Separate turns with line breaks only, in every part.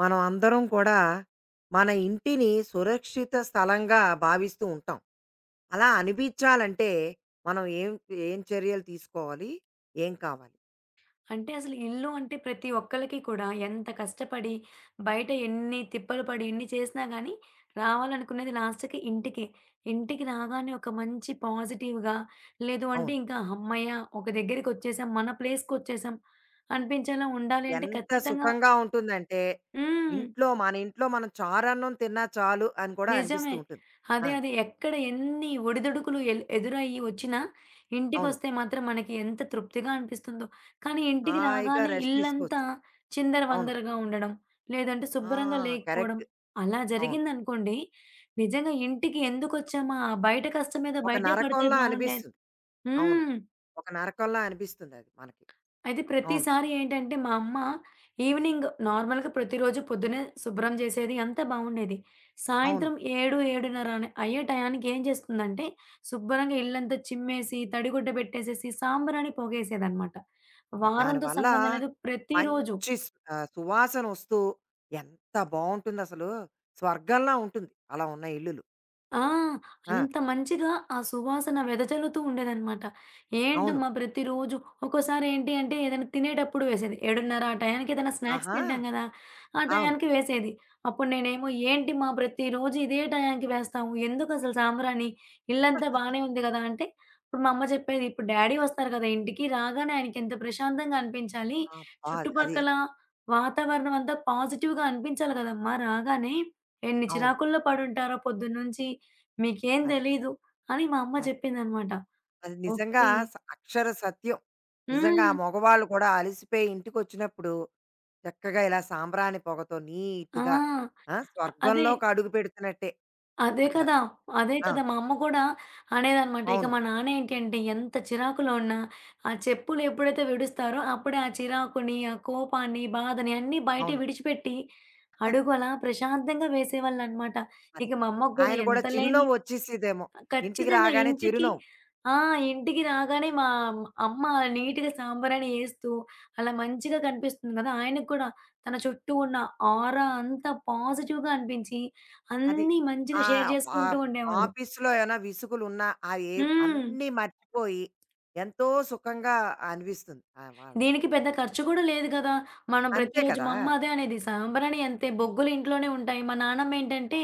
మనం అందరం కూడా మన ఇంటిని సురక్షిత స్థలంగా భావిస్తూ ఉంటాం. అలా అనిపించాలంటే మనం ఏం ఏం చర్యలు తీసుకోవాలి? ఏం కావాలి?
అంటే అసలు ఇల్లు అంటే ప్రతి ఒక్కళ్ళకి కూడా ఎంత కష్టపడి, బయట ఎన్ని తిప్పలు పడి, ఎన్ని చేసినా గానీ, రావాలనుకున్నది లాస్ట్‌కి ఇంటికే. ఇంటికి రాగానే ఒక మంచి పాజిటివ్‌గా, లేదు అంటే
అవును.
ఇంకా హమ్మయ్య! ఒక దగ్గరికొచ్చేసాం. మన ప్లేస్‌కొచ్చేసాం అనిపించేలా ఉండాలి అంటే
ఎంత
ఖచ్చితంగా
సుఖంగా ఉంటుందంటే
హ్మ్.
మన ఇంట్లో మనం చారన్నం తిన్నా చాలు అని కూడా అనిపిస్తూ
నిజమే.
ఉంటుంది. ఆ!
అదే. ఎక్కడ ఎన్ని ఒడిదుడుకులు ఎదురయ్యి వచ్చినా,
అవును.
ఇంటికొస్తే మాత్రం మనకి ఎంత తృప్తిగా అనిపిస్తుందో. కానీ ఇంటికి
హాయిగా
రాగానే
రెస్ట్
ఇల్లంతా
తీసుకోవచ్చు. అవును.
చిందరవందరగా ఉండడం, లేదంటే
ఆ!
శుభ్రంగా లేకపోవడం,
కరెక్ట్.
అలా
అవును.
జరిగిందనుకోండి, నిజంగా ఇంటికి ఎందుకొచ్చామా? ఆ బయట కష్టం మీద
ఒక
బయటే పడితే
నరకంలా
బావుండేది.
అనిపిస్తుంది. అవును.
హ్మ్.
ఒక నరకంలా అనిపిస్తుందది మనకి.
అయితే
అవును.
ప్రతిసారి ఏంటంటే, మా అమ్మ ఈవినింగ్ నార్మల్‌గా ప్రతిరోజు పొద్దున్నే శుభ్రం చేసేది, అంతా బావుండేది.
అవును.
సాయంత్రం 7, 7:30 అనే అయ్యే టయానికి ఏం చేస్తుందంటే, శుభ్రంగా ఇల్లంతా చిమ్మేసి, తడిగుడ్డ పెట్టేసేసి, సాంబ్రాణి పొగేసేదనమాట.
ఆ!
వారంతో
దానివల్ల
సంబంధం లేదు, ప్రతిరోజు.
మంచి స్ ఆహ్, సువాసన వస్తూ ఎంత బావుంటుందసలు. స్వర్గంలా ఉంటుంది. అలా ఉన్న ఇల్లులు.
ఆ!
ఆ!
అంత మంచిగా ఆ సువాసన వెదజల్లుతూ ఉండేదనమాట.
అవును.
ఏంటమ్మా ప్రతిరోజు, ఒక్కోసారి ఏంటి అంటే ఏదైనా తినేటప్పుడు వేసేది. 7:30 ఆ టయానికి ఏదైనా స్నాక్స్
ఆహా!
తింటాం గదా! ఆ
అవును.
టయానికి వేసేది. అప్పుడు నేనేమో, "ఏంటి మా, ప్రతిరోజు ఇదే టయానికి వేస్తావు. ఎందుకసలు సాంబ్రాణి? ఇల్లంతా బానే ఉంది గదా!" అంటే ఇప్పుడు మా అమ్మ చెప్పేది, "ఇప్పుడు డ్యాడీ వస్తారు గదా! ఇంటికి రాగానే ఆయనకెంత ప్రశాంతంగా అనిపించాలి.
అబ్బా! అది
చుట్టుపక్కల వాతావరణం అంతా పాజిటివ్‌గా అనిపించాలి గదమ్మా రాగానే. ఎన్ని
అవును.
చిరాకుల్లో పడుంటారో పొద్దున్నుంచి. మీకేం
అది.
తెలీదు" అని మా అమ్మ
అది.
చెప్పిందనమాట.
అది నిజంగా
ఓకే.
స అక్షర సత్యం. నిజంగా
హ్మ్.
ఆ మగవాళ్ళు కూడా అలిసిపోయి ఇంటికొచ్చినప్పుడు చక్కగా ఇలా సాంబ్రాణి పొగతో
ఆ!
నీట్‌గా ఆ!
అదే.
స్వర్గంలోకి అడుగు పెడుతున్నట్టే
అదే
అక్కడ.
కదా! అదే
ఆ!
కదా! మా అమ్మ కూడా అనేదనమాట. ఇక
అవును.
మా నాన్న ఏంటి అంటే, ఎంత చిరాకులో ఉన్నా, ఆ చెప్పులు ఎప్పుడైతే విడుస్తారో అప్పుడే ఆ చిరాకుని, ఆ కోపాన్ని, బాధని అన్నీ బయట
అవును.
విడిచిపెట్టి అడుగు అలా ప్రశాంతంగా వేసేవాళ్ళనమాట.
అది.
ఇక మా అమ్మకు కూడా
ఆయన కూడా
ఎంత లేని
చిరునవ్వు వచ్చేసిదేమో. ఇంటికి
ఖచ్చితంగా
రాగానే
ఇంటికి
చిరునవ్వు.
ఆ! ఇంటికి రాగానే మా అమ్మ నీట్‌గా సాంబ్రాణి ఏస్తూ అలా మంచిగా కనిపిస్తుంది కదా! ఆయనకి కూడా తన చుట్టూ ఉన్న ఆరా అంతా పాజిటివ్‌గా అనిపించి
అది.
అన్నీ మంచిగా షేర్
ఆహ్,
చేసుకుంటూ
ఆహ్,
ఉండేవాడు.
ఆఫీస్‌లో ఏమైనా విసుగులున్నా అవి ఏ
హ్మ్.
అన్నీ మర్చిపోయి ఎంతో సుఖంగా అనిపిస్తుంది ఆ!
దీనికి
వాళ్ళకి.
పెద్ద ఖర్చు కూడా లేదు కదా! మనం
అంతే
ప్రతిరోజు,
కదా!
మా అమ్మ అదే అనేది, సాంబ్రాణి అంతే, బొగ్గులు ఇంట్లోనే ఉంటాయి. మా నానమ్మ ఏంటంటే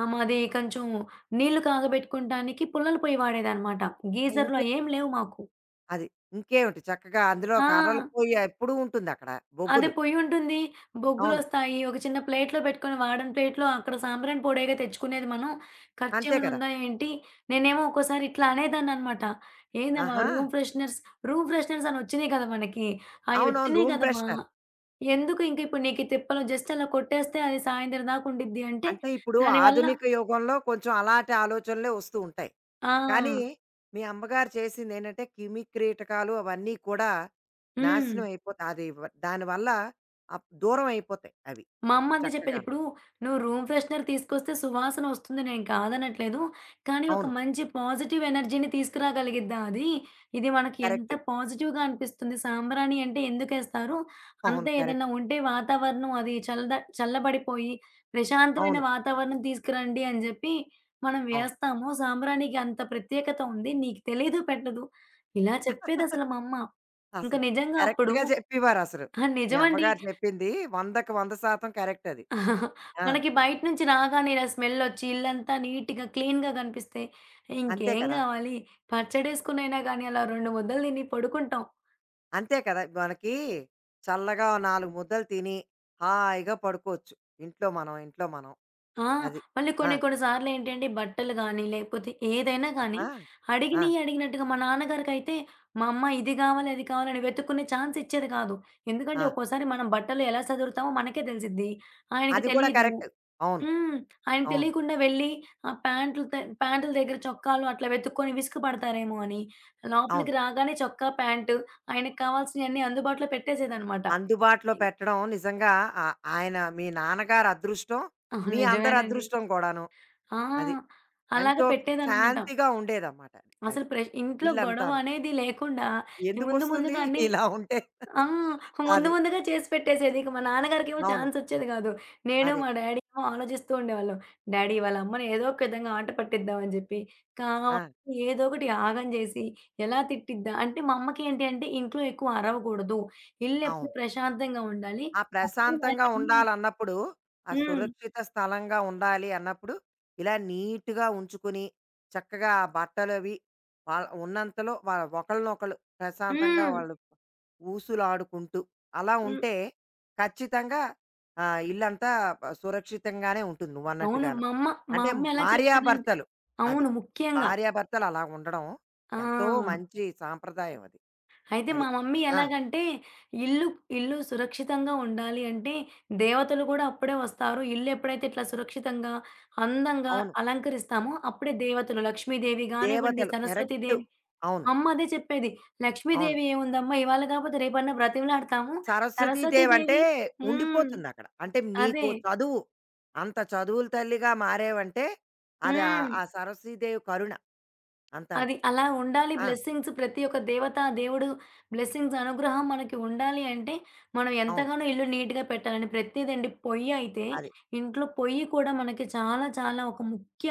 మాది కొంచెం నీళ్లు కాగబెట్టుకుంటానికి పుల్లల పొయ్యి వాడేదనమాట.
ఆ
గీజర్‌లు
ఇంకే
అయేం లేవు మాకు.
అది. ఇంకేమిటి చక్కగా అందులో కర్రలు
ఆ!
పోయి ఎప్పుడూ ఉంటుందక్కడ
అదే
బొగ్గులు.
పొయ్యుంటుంది.
అవును.
బొగ్గులొస్తాయి. ఒక చిన్న ప్లేట్‌లో పెట్టుకొని, వాడని ప్లేట్‌లో, అక్కడ సాంబ్రాణి పొడేగా తెచ్చుకునేది మనం.
అంతే
ఖర్చేమైనా
కదా!
ఉందా ఏంటి? నేనేమో ఒక్కోసారి ఇట్లా అనేదాన్ననమాట. ఏందమ్మా
ఆహా!
రూమ్ ఫ్రెషనర్స్, రూమ్ ఫ్రెషనర్స్ అని వచ్చినియి కదా మనకి.
అవునవును.
అయొచ్చినియి
రూమ్
కదమ్మా!
ఫ్రెషనర్.
ఎందుకు ఇంక ఇప్పుడు నీకు ఈ తిప్పలు, జస్ట్ అలా కొట్టేస్తే అది సాయంత్రం దాకా ఉండిద్ది అంటే
అంటే ఇప్పుడు
దానివల్ల
ఆధునిక యుగంలో కొంచెం అలాంటి ఆలోచనలే వస్తూ ఉంటాయి.
ఆ!
కానీ మీ అమ్మగారు చేసిందేంటంటే, క్రిమి కీటకాలు అవన్నీ కూడా
హ్మ్.
నాశనం అయిపోతాయి. అది వ దానివల్ల అప్ దూరం అయిపోతాయి అవి
మా అమ్మ అదే చెప్పేది.
చక్కగాను.
ఇప్పుడు నువ్వు రూమ్ ఫ్రెషనర్ తీసుకొస్తే సువాసన వస్తుంది, నేను కాదనట్లేదు. కానీ ఒక
అవును.
మంచి పాజిటివ్ ఎనర్జీని తీసుకురాగలిగిద్దా అది? ఇది మనకి ఎంత
కరెక్ట్.
పాజిటివ్‌గా అనిపిస్తుంది. సాంబ్రాణి అంటే ఎందుకేస్తారు?
అవును.
అంతే, ఏదన్నా
కరెక్ట్.
ఉంటే వాతావరణం అది చల్లబడిపోయి ప్రశాంతమైన
అవును.
వాతావరణం తీసుకురండి అని జెప్పి మనం
అవును.
వేస్తాము. సాంబ్రాణికి అంత ప్రత్యేకత ఉంది. నీకు తెలీదు పెట్టదు. ఇలా చెప్పేదసలు మా అమ్మ. ఇంక
అసలు
నిజంగా అప్పుడు
కరెక్ట్‌గా చెప్పేవారసలు.
ఆ!
మీ
నిజమండి.
అమ్మగారు చెప్పింది 100కి 100% కరెక్ట్ అది. ఆ!
మనకి బయట నుంచి రాగానే ఇలా స్మెల్లొచ్చి ఇల్లంతా నీట్‌గా, క్లీన్‌గా కనిపిస్తే
అంతే
ఇంకేం
కదా!
గావాలి? పచ్చడేసుకొనైనా గానీ అలా 2 ముద్దలు తిని పడుకుంటాం.
అంతే కదా! మనకి చల్లగా ఓ 4 ముద్దలు తిని హాయిగా పడుకోవచ్చు. ఇంట్లో మనం.
ఆ!
అది.
మళ్ళీ
ఆ!
కొన్ని కొన్ని సార్లేంటంటే బట్టలు గానీ, లేకపోతే ఏదైనా గానీ,
ఆహా! ఆ!
అడిగినయి అడిగినట్టుగా మా నాన్నగారికైతే, మా అమ్మ ఇది గావాలి, అది కావాలని వెతుక్కునే ఛాన్స్ ఇచ్చేది కాదు.
ఆ!
ఎందుకంటే ఒక్కోసారి మనం బట్టలు ఎలా సదురుతామో మనకే తెలిసిద్ది. ఆయనకి
అది కూడా
తెలీదు.
కరెక్ట్. అవును.
హ్మ్. ఆయనకి
అవును.
తెలియకుండా వెళ్లి ఆ ప్యాంట్లు ద ప్యాంటుల దగ్గర చొక్కాలు అట్లా వెతుక్కొని విసుగు పడతారేమో అని,
అవును.
లోపలికి రాగానే చొక్కా, ప్యాంటు, ఆయనకి కావాల్సినయన్నీ అందుబాటులో పెట్టేసేదన్నమాట.
అందుబాటులో పెట్టడం నిజంగా ఆ ఆయన మీ నాన్నగారి అదృష్టం,
ఆ!
మీ అందరి
నిజమేనండి.
అదృష్టం కూడాను.
ఆ!
అది.
అలాగా
ఎంతో
పెట్టేదన్నమాట.
శాంతిగా ఉండేదన్నమాట. అది. అది
అసలు ప్రెష్ ఇంట్లో గొడవ
ఇల్లంతాను.
అనేది లేకుండా ముందు
ఎందుకొస్తుంది?
ముందుగా అన్నీ
ఇలా ఉంటే.
ఆ! ముందు
అది.
ముందుగా చేసి పెట్టేసేది. ఇక మా నాన్నగారికేమో
అవును.
ఛాన్సొచ్చేది గాదు. నేను,
అదే.
మా డ్యాడీ ఏమో ఆలోచిస్తూ ఉండేవాళ్ళం. డ్యాడీ వాళ్ళ అమ్మని ఏదో ఒక విధంగా ఆట పట్టిద్దాం అని జెప్పి,
ఆ!
కావాలని ఏదో ఒకటి ఆగం జేసి, ఎలా తిట్టిద్దా అంటే, మా అమ్మకి ఏంటి అంటే ఇంట్లో ఎక్కువ అరవకూడదు. ఇల్లెప్పుడు
అవును.
ప్రశాంతంగా ఉండాలి.
ఆ
అప్పుడే
ప్రశాంతంగా
మనకన్నీ
ఉండాలన్నప్పుడు, ఆ
హ్మ్.
సురక్షిత స్థలంగా ఉండాలి అన్నప్పుడు, ఇలా నీట్‌గా ఉంచుకుని, చక్కగా ఆ బట్టలవి వాళ్ళ ఉన్నంతలో వాళ్ళ ఒకళ్ళనొకళ్ళు ప్రశాంతంగా
హ్మ్.
వాళ్ళు ఊసులాడుకుంటూ, అలా
హ్మ్.
ఉంటే ఖచ్చితంగా ఆహ్, ఇల్లంతా బ సురక్షితంగానే ఉంటుంది
అవును.
నువ్వన్నట్టుగాను.
మా
అంటే
అమ్మ ఎలా చెప్పేదంటే
భార్యాభర్తలు అది.
అవును. ముఖ్యంగా.
భార్యాభర్తలు అలా ఉండడం
ఆ!
ఎంతో మంచి సాంప్రదాయం అది.
అయితే
అది.
మా మమ్మీ
ఆ!
ఎలాగంటే, ఇల్లు ఇల్లు సురక్షితంగా ఉండాలి అంటే దేవతలు కూడా అప్పుడే వస్తారు. ఇల్లు ఎప్పుడైతే ఇట్లా సురక్షితంగా, అందంగా
అవును.
అలంకరిస్తామో అప్పుడే దేవతలు, లక్ష్మీదేవి గానివ్వండి,
దేవతలు కరెక్టు.
సరస్వతీదేవి,
అవును.
మా అమ్మ అదే చెప్పేది.
అవును.
"లక్ష్మీదేవి ఏముందమ్మా ఇవాళ కాకపోతే రేపన్నా బ్రతిమలాడతాము.
సరస్వతీదేవి అంటే
సరస్వతీదేవి" హ్మ్.
ఉండిపోతుందక్కడ. అంటే నీకు
అదే.
చదువు, అంత చదువుల తల్లిగా మారావంటే అది ఆహ్,
హ్మ్.
ఆ సరస్వతీదేవి కరుణ అంతాను.
అది అలా ఉండాలి.
ఆ!
బ్లెస్సింగ్స్, ప్రతి ఒక్క దేవత, దేవుడు బ్లెస్సింగ్స్, అనుగ్రహం మనకి ఉండాలి అంటే, మనం
అవును.
ఎంతగానో ఇల్లు నీట్‌గా పెట్టాలని ప్రతిదండి. పొయ్యి అయితే
అది.
ఇంట్లో పొయ్యి కూడా మనకి చాలా చాలా ఒక ముఖ్య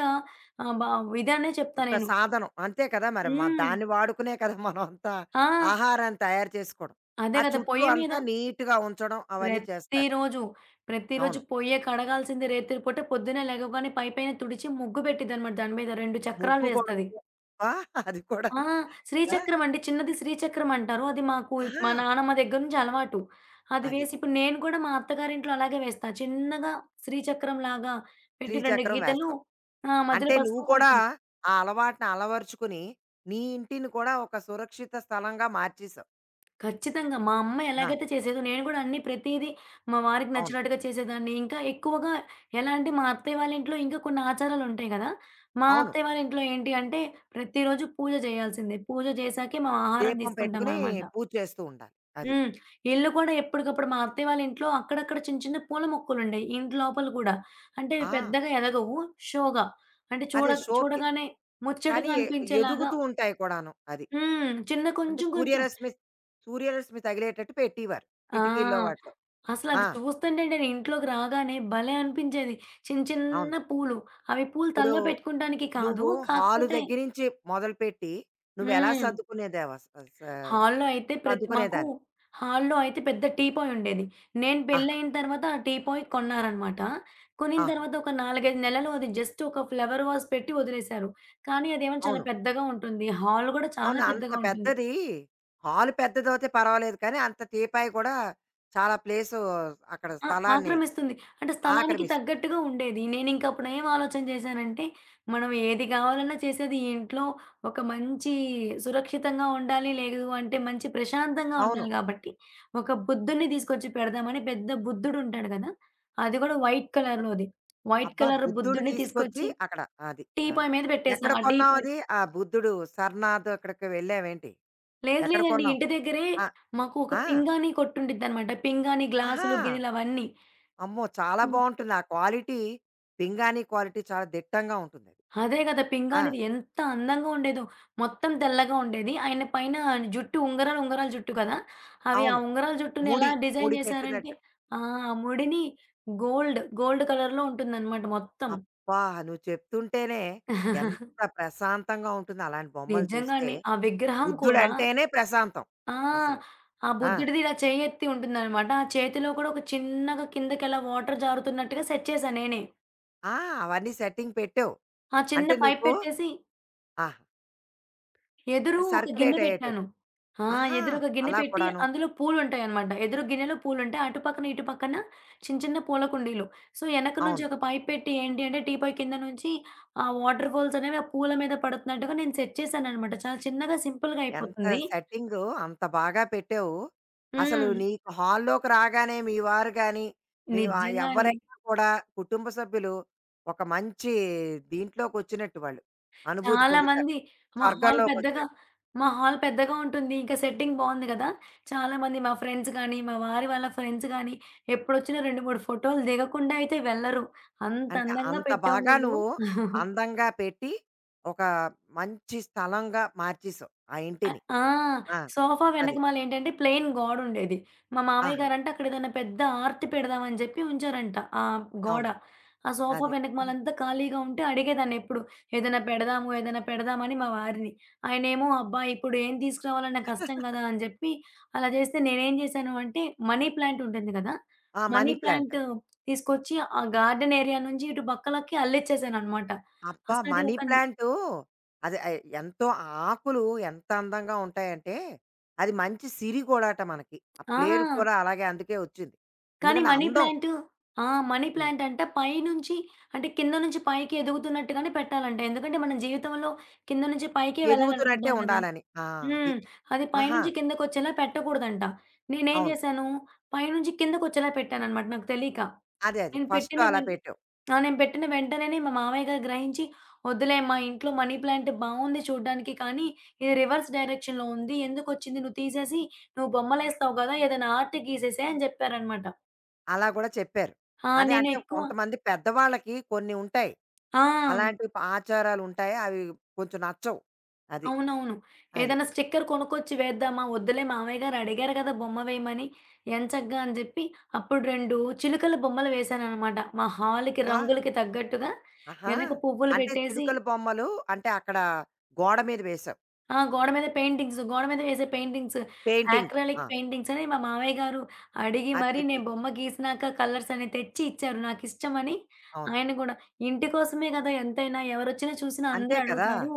ఆహ్, బ ఇదనే చెప్తా
ఒక
నేను.
సాధనం. అంతే కదా! మరి మ
హ్మ్.
దాన్ని వాడుకునే కదా! మనమంతా
ఆ!
ఆహారాన్ని తయారు చేసుకోవడం.
అదే
ఆ
కదా!
చుట్టూ
పొయ్యి మీద
అంతా నీట్‌గా ఉంచడం అవన్నీ చేస్తారు.
ప్రతిరోజు, ప్రతిరోజు
అవును.
పొయ్యే కడగాల్సింది రాత్రి పూట. పొద్దున్నే లెగవగానే పైపైన తుడిచి ముగ్గు పెట్టిద్దనమాట, దాని మీద 2 చక్రాలు
ముగ్గు కూడా
వేస్తది.
ఆ! అది
ఆ!
కూడాను. ఆ!
శ్రీచక్రం అండి. చిన్నది శ్రీచక్రం అంటారు. అది మాకు
ఆహా!
మా నానమ్మ దగ్గర నుంచి అలవాటు. అది
అది.
వేసి ఇప్పుడు నేను కూడా మా అత్తగారింట్లో అలాగే వేస్తా. చిన్నగా శ్రీచక్రంలాగా పెట్టి 2
త్రిచక్రం
గీతలు,
వేస్తాం.
ఆ! మధ్యలో
అంటే నువ్వు
పసుపు,
కూడా
కుంకుమ.
ఆ అలవాటుని అలవరుచుకుని, నీ ఇంటిని కూడా ఒక సురక్షిత స్థలంగా మార్చేసావు.
ఖచ్చితంగా మా అమ్మ
ఆ!
ఎలాగైతే చేసేదో నేను కూడా అన్నీ ప్రతీదీ మా వారికి
అవును.
నచ్చినట్టుగా చేసేదాన్ని. ఇంకా ఎక్కువగా ఎలా అంటే, మా అత్తయ్య వాళ్ళ ఇంట్లో ఇంకా కొన్ని ఆచారాలుంటాయి గదా! మా
అవును.
అత్తయ్య వాళ్ళ ఇంట్లో ఏంటి అంటే ప్రతిరోజు పూజ చేయాల్సిందే. పూజ చేశాకే మనం ఆహారం
దీపం పెట్టుకుని
తీసుకుంటామనమాట.
పూజ చేస్తూ ఉండాలి. అది.
హ్మ్. ఇల్లు కూడా ఎప్పటికప్పుడు, మా అత్తయ్య వాళ్ళ ఇంట్లో అక్కడక్కడ చిన్న చిన్న పూల మొక్కలుండేయి, ఇంటి లోపల కూడా. అంటే ఇవి
ఆ!
పెద్దగా ఎదగవు. షోగా, అంటే చూడ
అదే షోపి
చూడగానే
కానీ
ముచ్చటగా
ఎ
అనిపించేలాగా
ఎదుగుతూ ఉంటాయి కూడాను. అది.
చిన్న
అంటే
కొంచెం కొంచెం
సూర్యరశ్మి సూర్యరశ్మి తగిలేటట్టు పెట్టేవారు. కిటికీల్లో
ఆ!
వాటిలో. ఆ!
అసలది చూస్తుంటే నేను ఇంట్లోకి రాగానే భలే అనిపించేది. చిన్న చిన్న
అవును.
పూలు. అవి పూలు
ఇప్పుడు
తల్లో పెట్టుకుంటానికి కాదు,
నువ్వు హాలు
కాకపోతే
దగ్గర నుంచి మొదలుపెట్టి, నువ్వేలా
హ్మ్.
సర్దుకునేదావస్ స
హాల్‌లో అయితే ప్రతి మాకు
సర్దుకునేదానివి?
హాల్‌లో అయితే పెద్ద టీపాయ్ ఉండేది. నేను
ఆహా!
పెళ్లయిన తర్వాత ఆ టీపాయ్ కొన్నారనమాట. కొనిన
ఆహా!
తర్వాత ఒక 4, 5 నెలలు అది జస్ట్ ఒక ఫ్లవర్ వాస్ పెట్టి వదిలేశారు. కానీ అదేమో చాలా
అవును.
పెద్దగా ఉంటుంది. హాల్ గూడా
అవును.
చాలా
అంత
పెద్దగా ఉంటుంది.
పెద్దది హాల్ పెద్దదవుతే పర్వాలేదు కానీ, అంత టీపాయ్ కూడా చాలా ప్లేసు అక్కడ
ఆ!
స్థలాన్ని
ఆక్రమిస్తుంది. అంటే స్థలానికి
ఆక్రమిస్తుంది.
తగ్గట్టుగా ఉండేది. నేనింక అప్పుడు ఏం ఆలోచన చేశానంటే, మనం ఏది కావాలన్నా చేసేది ఈ ఇంట్లో. ఒక మంచి సురక్షితంగా ఉండాలి. లేదు అంటే మంచి ప్రశాంతంగా
అవును.
ఉండాలి కాబట్టి, ఒక బుద్ధుడిని తీసుకొచ్చి పెడదామని, పెద్ద బుద్ధుడుంటాడు కదా! అది కూడా వైట్ కలర్‌లోది. వైట్
అబ్బా!
కలర్
బుద్ధుడు
బుద్ధుడిని
తీసుకొచ్చి
తీసుకొచ్చి
అక్కడ. అది. ఆ!
టీపాయ్ మీద పెట్టేసా.
ఎక్కడ
ఆ
కొన్నావు
టీపాయ్
అది? ఆ బుద్ధుడు సరనాథ్ అక్కడికి వెళ్ళావేంటి?
లేదు
ఎక్కడ
లేదండి.
కొన్నావు?
ఇంటి దగ్గరే
ఆ!
మాకు ఒక
ఆ!
పింగాణీ కొట్టుండిద్దనమాట. పింగాణీ
ఆహా!
గ్లాసులు, గిన్నెలు అవన్నీ.
అమ్మో! చాలా బావుంటుంది. ఆ క్వాలిటీ పింగాణీ క్వాలిటీ చాలా దిట్టంగా ఉంటుందది.
అదే గదా! పింగా
ఆ!
అనేది ఎంత అందంగా ఉండేదో. మొత్తం తెల్లగా ఉండేది. ఆయన పైన జుట్టు ఉంగరాలు, ఉంగరాలు జుట్టు కదా! అవి ఆ
అవును.
ఉంగరాల జుట్టుని ఎలా
ముడి,
డిజైన్
ముడి
జేశారంటే
పెట్టినట్టు.
ఆ! ముడిని గోల్డ్ కలర్‌లో ఉంటుందనమాట మొత్తం.
అబ్బా! నువ్వు చెప్తుంటేనే ఎంత ప్రశాంతంగా ఉంటుంది అలాంటి బొమ్మలు
నిజంగా
చూస్తే.
అండి. ఆ విగ్రహం కూడా
బుద్ధుడంటేనే ప్రశాంతం
ఆ!
అసలు.
ఆ
ఆ!
బుద్ధుడిది ఇలా చేయెత్తి ఉంటుందనమాట. ఆ చేతిలో కూడా ఒక చిన్నగా కిందకి అలా వాటర్ జారుతున్నట్టుగా సెట్ చేశా నేనే.
ఆ! అవన్నీ సెట్టింగ్ పెట్టావు.
ఆ చిన్న
అంటే
పైప్
నీకు
పెట్టేసి
ఆహా!
ఎదురు
అది
ఒక గిన్నె
సర్క్యులేట్
పెట్టాను.
అయ్యేటట్టు.
ఆ!
ఆహా!
ఎదురు ఒక గిన్నె
అలా
పెట్టి
కూడాను.
అందులో పూలుంటాయనమాట. ఎదురు గిన్నెలో పూలుంటాయి. అటు పక్కన, ఇటు పక్కన చిన్న చిన్న పూల కుండీలు. సో, వెనక నుంచి
అవును.
ఒక పైప్ పెట్టి ఏంటి అంటే టీపాయ్ కింద నుంచి ఆ వాటర్ ఫాల్స్ అనేవి ఆ పూల మీద పడుతున్నట్టుగా నేను సెట్ చేశాననమాట. చాలా చిన్నగా సింపుల్‌గా
ఎంత
అయిపోతుంది.
సెట్టింగు అంత బాగా పెట్టావు. అసలు
హ్మ్.
నీకు హాల్లోకి రాగానే మీ వారు గాని, మీ వ
నిజంగా అండి.
ఎవ్వరైనా కూడా కుటుంబ సభ్యులు ఒక మంచి దీంట్లోకొచ్చినట్టు వాళ్ళు. అనుభూతి
చాలా
పొందుతారు.
మంది మా హాల్ పెద్దగా
స్వర్గంలోకొచ్చినట్టు.
మా హాల్ పెద్దగా ఉంటుంది. ఇంకా సెట్టింగ్ బావుంది గదా! చాలామంది మా ఫ్రెండ్స్ గానీ, మా వారి వాళ్ళ ఫ్రెండ్స్ గానీ, ఎప్పుడొచ్చినా 2, 3 ఫోటోలు దిగకుండా అయితే వెళ్ళరు. అంత
అంటే
అందంగా
అంత
పెట్టావు
బాగా
నువ్వు.
నువ్వు అందంగా పెట్టి, ఒక మంచి స్థలంగా మార్చేసావు ఆ
అ
ఇంటిని.
ఆ!
ఆ!
సోఫా
అది.
వెనకమాలేంటంటే ప్లెయిన్ గోడుండేది. మా మామయ్య
ఆహా!
గారంట అక్కడేదైనా పెద్ద ఆర్తి పెడదామని జెప్పి ఉంచారంట ఆ గోడ.
అవును.
ఆ సోఫా
అదే.
వెనకమాలంతా ఖాళీగా ఉంటే అడిగేదాన్నెప్పుడు, "ఏదైనా పెడదాము, ఏదైనా పెడదాము" అని మా వారిని. ఆయనేమో, "అబ్బా! ఇప్పుడు ఏం తీసుకురావాలన్నా కష్టం గదా!" అని జెప్పి, అలా జేస్తే నేనేం జేశాను అంటే, మనీ ప్లాంట్ ఉంటుంది గదా!
ఆ!
Money
money plant.
ప్లాంట్ తీసుకొచ్చి ఆ గార్డెన్ ఏరియా నుంచి ఇటు పక్కలకి అల్లిచ్చేసాననమాట.
అబ్బా!
అసలది
మనీ
ఒక
ప్లాంటు అది ఆహ్, ఎంతో ఆ ఆకులు ఎంత అందంగా ఉంటాయంటే, అది మంచి సిరి కూడాట మనకి. ఆ పేరు
ఆ!
కూడా అలాగే అందుకే వచ్చింది.
కానీ
ఎందుకంటే
మనీ
అందం.
ప్లాంట్ ఆ! మనీ
హ్మ్.
ప్లాంట్ అంట పైనుంచి, అంటే కింద నుంచి పైకి ఎదుగుతున్నట్టుగానే పెట్టాలంట. ఎందుకంటే మనం జీవితంలో కింద నుంచి పైకే
ఎదుగుతున్నట్టే
వెళ్ళాలనుకుంటాం గదా!
ఉండాలని. ఆ! అది.
హ్మ్. అది
ఆహా!
పైనుంచి కిందకొచ్చేలా పెట్టకూడదంట. నేనేం
అవును.
జేశాను, పైనుంచి కిందకొచ్చేలా పెట్టాననమాట నాకు తెలీక.
అదే.
నేను
ఫస్ట్‌లో
పెట్టిన
అలా
వెం
పెట్టావు.
ఆ! నేను పెట్టిన వెంటనేనే మా మామయ్య గారు గ్రహించి, "వద్దులే మా ఇంట్లో మనీ ప్లాంట్ బావుంది చూడ్డానికి, కానీ ఇది రివర్స్ డైరెక్షన్‌లో ఉంది. ఎందుకొచ్చింది? నువ్వు తీసేసి, నువ్వు బొమ్మలేస్తావు గదా! ఏదైనా ఆర్ట్ గీసేసేయి" అని జెప్పారనమాట.
అలా గూడా చెప్పారు.
ఆ!
అదే అంటే
నేనెక్కువ
కొంతమంది పెద్దవాళ్ళకి కొన్ని ఉంటాయి.
ఆ!
అలాంటి ప ఆచారాలుంటాయి. అవి కొంచెం నచ్చవు. అది.
అవునవును.
అది.
ఏదైనా స్టిక్కర్ కొనుక్కొచ్చి వేద్దామా? వద్దులే, మామయ్య గారు అడిగారు గదా బొమ్మ వేయమని. ఎంచక్కా అని జెప్పి అప్పుడు 2 చిలుకల బొమ్మలు వేశాననమాట. మా హాల్‌కి
ఆ!
రంగులకి తగ్గట్టుగా
ఆహా!
వెనక పువ్వులు
అంటే
పెట్టేసి
చిలుకల బొమ్మలు అంటే అక్కడ గోడ మీద వేశావు.
ఆ! గోడ మీద పెయింటింగ్స్, గోడ మీద వేసే పెయింటింగ్స్,
పెయింటింగ్.
యాక్రిలిక్
ఆ!
పెయింటింగ్స్ అని మా మామయ్య గారు అడిగి
అది
మరీ నేను
తెప్పించు
బొమ్మ గీసినాక కలర్స్ అన్ని తెచ్చి ఇచ్చారు నాకిష్టమని.
అవును.
ఆయన గూడా ఇంటి కోసమే గదా, ఎంతైనా ఎవరొచ్చినా చూసినా
అంతే
అందరూ
కదా!
అడుగుతారు.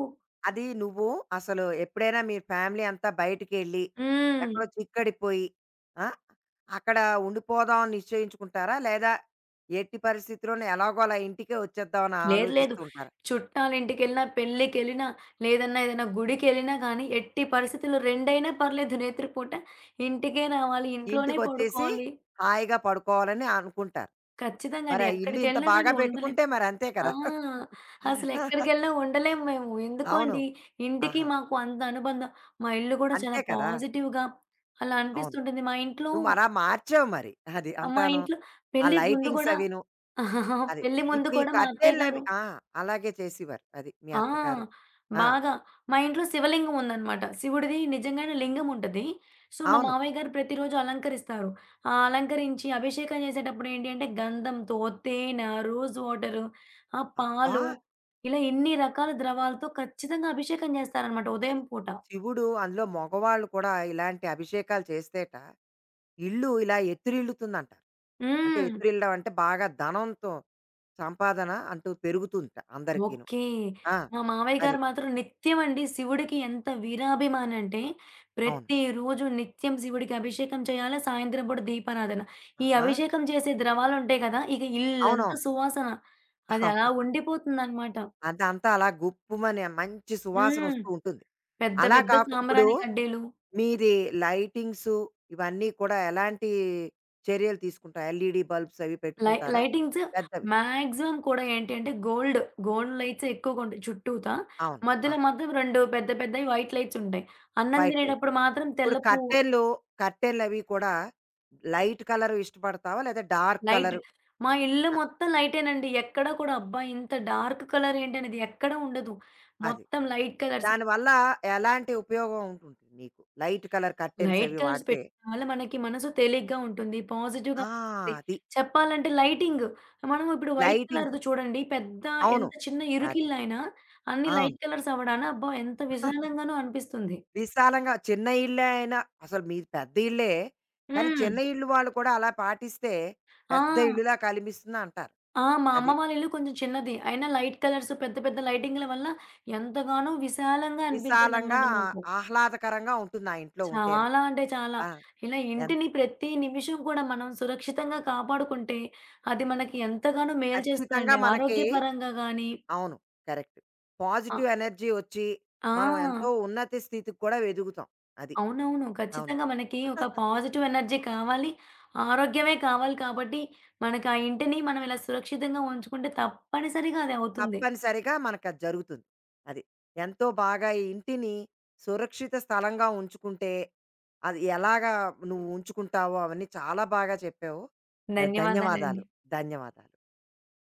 అది నువ్వు అసలు ఎప్పుడైనా మీ ఫ్యామిలీ అంతా బయటికెళ్ళి,
హ్మ్.
ఎక్కడో చిక్కడిపోయి ఆ! అక్కడ ఉండిపోదాం అని నిశ్చయించుకుంటారా? లేదా ఎట్టి పరిస్థితిలోనూ ఎలాగోలా ఇంటికే వచ్చేద్దామని
లేదు. లేదు.
ఆలోచిస్తూ ఉంటారా?
చుట్టాలింటికెళ్ళినా, పెళ్ళికెళ్ళినా, లేదన్నా ఏదైనా గుడికెళ్ళినా గానీ, ఎట్టి పరిస్థితుల్లో రెండైనా పర్లేదు రాత్రిపూట ఇంటికే రావాలి. ఇంట్లోనే
ఇంటికొచ్చేసి
పడుకోవాలి.
హాయిగా పడుకోవాలని అనుకుంటారు.
ఖచ్చితంగా
మరి
అండి.
ఆ ఇల్లు ఇంత
ఎక్కడికెళ్ళినా గానీ
బాగా
ఉండలేం.
పెట్టుకుంటే మరి అంతే
ఆ!
కదా!
అసలెక్కడికెళ్ళినా ఉండలేము మేము. ఎందుకు
అవును.
అండి, ఇంటికి
ఆహా!
మాకు అంత అనుబంధం. మా ఇల్లు గూడా చాలా
అంతే కదా!
పాజిటివ్‌గా అలా
అవును.
అనిపిస్తుంటుంది.
నువ్వు అలా మార్చావు మరి. అది
మా
అంతాను.
ఇంట్లో
ఆ
పెళ్ళికి ముందు
లైటింగ్స్
గూడా
అవిను. అది.
పెళ్లి ముందు
ఇప్పుడు ఈ
కూడా మా అత్తయ్య
కర్టెన్‌లవి
గారు
ఆ! అలాగే చేసేవారు. అది మీ అత్తగారు.
ఆ!
ఆ!
బాగా. మా ఇంట్లో శివలింగం ఉందనమాట. శివుడిది నిజంగానే లింగం ఉంటది. సో, మా
అవును.
మామయ్య గారు ప్రతిరోజు అలంకరిస్తారు. ఆ అలంకరించి అభిషేకం చేసేటప్పుడు ఏంటి అంటే గంధంతో, తేనె, రోజ్ వాటరు, ఆ
అబ్బా!
పాలు, ఇలా ఎన్ని రకాల ద్రవాలతో ఖచ్చితంగా అభిషేకం చేస్తారనమాట
అది
ఉదయం పూట.
శివుడు అందులో మగవాళ్ళు కూడా ఇలాంటి అభిషేకాలు చేస్తేట ఇల్లు ఇలా ఎత్తిరిల్లుతుందంటారు. అంటే
హ్మ్.
ఎత్తిరిల్లడం అంటే బాగా ధనంతో సంపాదన అంటూ పెరుగుతుందట అందరికీను.
ఓకే.
ఆ!
మా మావయ్య
అది.
గారు మాత్రం నిత్యమండి శివుడికి ఎంత వీరాభిమాని అంటే,
అవును.
ప్రతిరోజు నిత్యం శివుడికి అభిషేకం చేయాలా, సాయంత్రం పూట దీపారాధన. ఈ
ఆహా!
అభిషేకం చేసే ద్రవాలుంటాయి కదా! ఇక ఇల్లంతా
అవునవును.
సువాసన. అది అలా
అబ్బా!
ఉండిపోతుందనమాట.
అదంతా అలా గుప్పుమని మంచి
హ్మ్.
సువాసనొస్తూ ఉంటుంది.
పెద్ద
అలా
పెద్ద
కాకు ఇప్పుడు
సాంబ్రాణి కడ్డీలు,
మీది లైటింగ్సు ఇవన్నీ కూడా ఎలాంటి చర్యలు తీసుకుంటారు? ఎల్‌ఈడీ బల్బ్స్ అవి పెట్టుకుంటారా?
లైటింగ్స్
పెద్దవి.
మాక్సిమం కూడా ఏంటి అంటే గోల్డ్, లైట్సే ఎక్కువగుంటాయి చుట్టూతా.
అవును. ఆ!
మధ్యలో మాత్రం 2 పెద్ద పెద్దయి వైట్ లైట్సుంటాయి. అన్నం
వైట్ లైట్.
తినేటప్పుడు మాత్రం
ఇప్పుడు
తెల్ల పూ
కర్టెన్‌లు, కర్టెన్‌లవి కూడా లైట్ కలర్ ఇష్టపడతావా? లేదా డార్క్
లైట్.
కలర్
మా ఇల్లు
ఆహ్,
మొత్తం లైటేనండి. ఎక్కడ కూడా అబ్బా! ఇంత డార్క్ కలర్ ఏంటనేది ఎక్కడ ఉండదు.
అది.
మొత్తం లైట్ కలర్స్.
దానివల్ల ఎలాంటి ఉపయోగం ఉంటుంది నీకు? లైట్ కలర్ కర్టెన్స్
లైట్
అవి
కలర్స్
వాడితే?
పెట్టడం వల్ల మనకి మనసు తేలిగ్గా ఉంటుంది. పాజిటివ్‌గా
ఆ!
అనిపిస్తుంది.
అది.
చెప్పాలంటే లైటింగ్, మనం ఇప్పుడు వైట్
లైటింగ్.
కలర్‌ది చూడండి.
అవును.
ఎంత చిన్న
అదే.
ఇరుకిల్లయినా అన్ని
అవును.
లైట్ కలర్స్ అవ్వడాన అబ్బా! ఎంత విశాలంగానో అనిపిస్తుంది.
విశాలంగా చిన్న ఇల్లే అయినా అసలు మీది పెద్ద ఇల్లే. కానీ
హ్మ్.
చిన్న ఇల్లు వాళ్ళు కూడా అలా పాటిస్తే పెద్ద
ఆ!
ఇల్లులా కనిపిస్తుంది అంటారు.
ఆ! మా అమ్మ
అది.
వాళ్ళ ఇల్లు కొంచెం చిన్నది. అయినా లైట్ కలర్స్, పెద్ద పెద్ద లైటింగ్‌ల వల్ల ఎంతగానో విశాలంగా
విశాలంగా
అనిపించేదనమాట మాకు.
ఆహ్లాదకరంగా ఉంటుంది ఆ ఇంట్లో ఉంటేను.
చాలా అంటే చాలా.
ఆ!
ఇలా
ఎంత
ఇంటిని ప్రతి నిమిషం కూడా మనం సురక్షితంగా కాపాడుకుంటే, అది మనకి ఎంతగానో మేలు
ఖచ్చితంగా
చేస్తుందండి.
మనకి
ఆరోగ్యపరంగా గానీ
అవును. కరెక్ట్.
ఆహ్,
పాజిటివ్ ఎనర్జీ వచ్చి మనం ఎంతో
ఆ!
ఉన్నత స్థితికి కూడా ఎదుగుతాం. అది.
అవునవును.
అవును.
ఖచ్చితంగా మనకి ఒక పాజిటివ్ ఎనర్జీ కావాలి. ఆరోగ్యమే కావాలి కాబట్టి, మనకి ఆ ఇంటిని మనం ఇలా సురక్షితంగా ఉంచుకుంటే తప్పనిసరిగా అది అవుతుంది.
తప్పనిసరిగా మనకది జరుగుతుంది. అది. ఎంతో బాగా ఈ ఇంటిని సురక్షిత స్థలంగా ఉంచుకుంటే, అది ఎలాగా నువ్వు ఉంచుకుంటావో అవన్నీ చాలా బాగా చెప్పావు. ఆహ్,
ధన్యవాదాలండి.
ధన్యవాదాలు. ధన్యవాదాలు.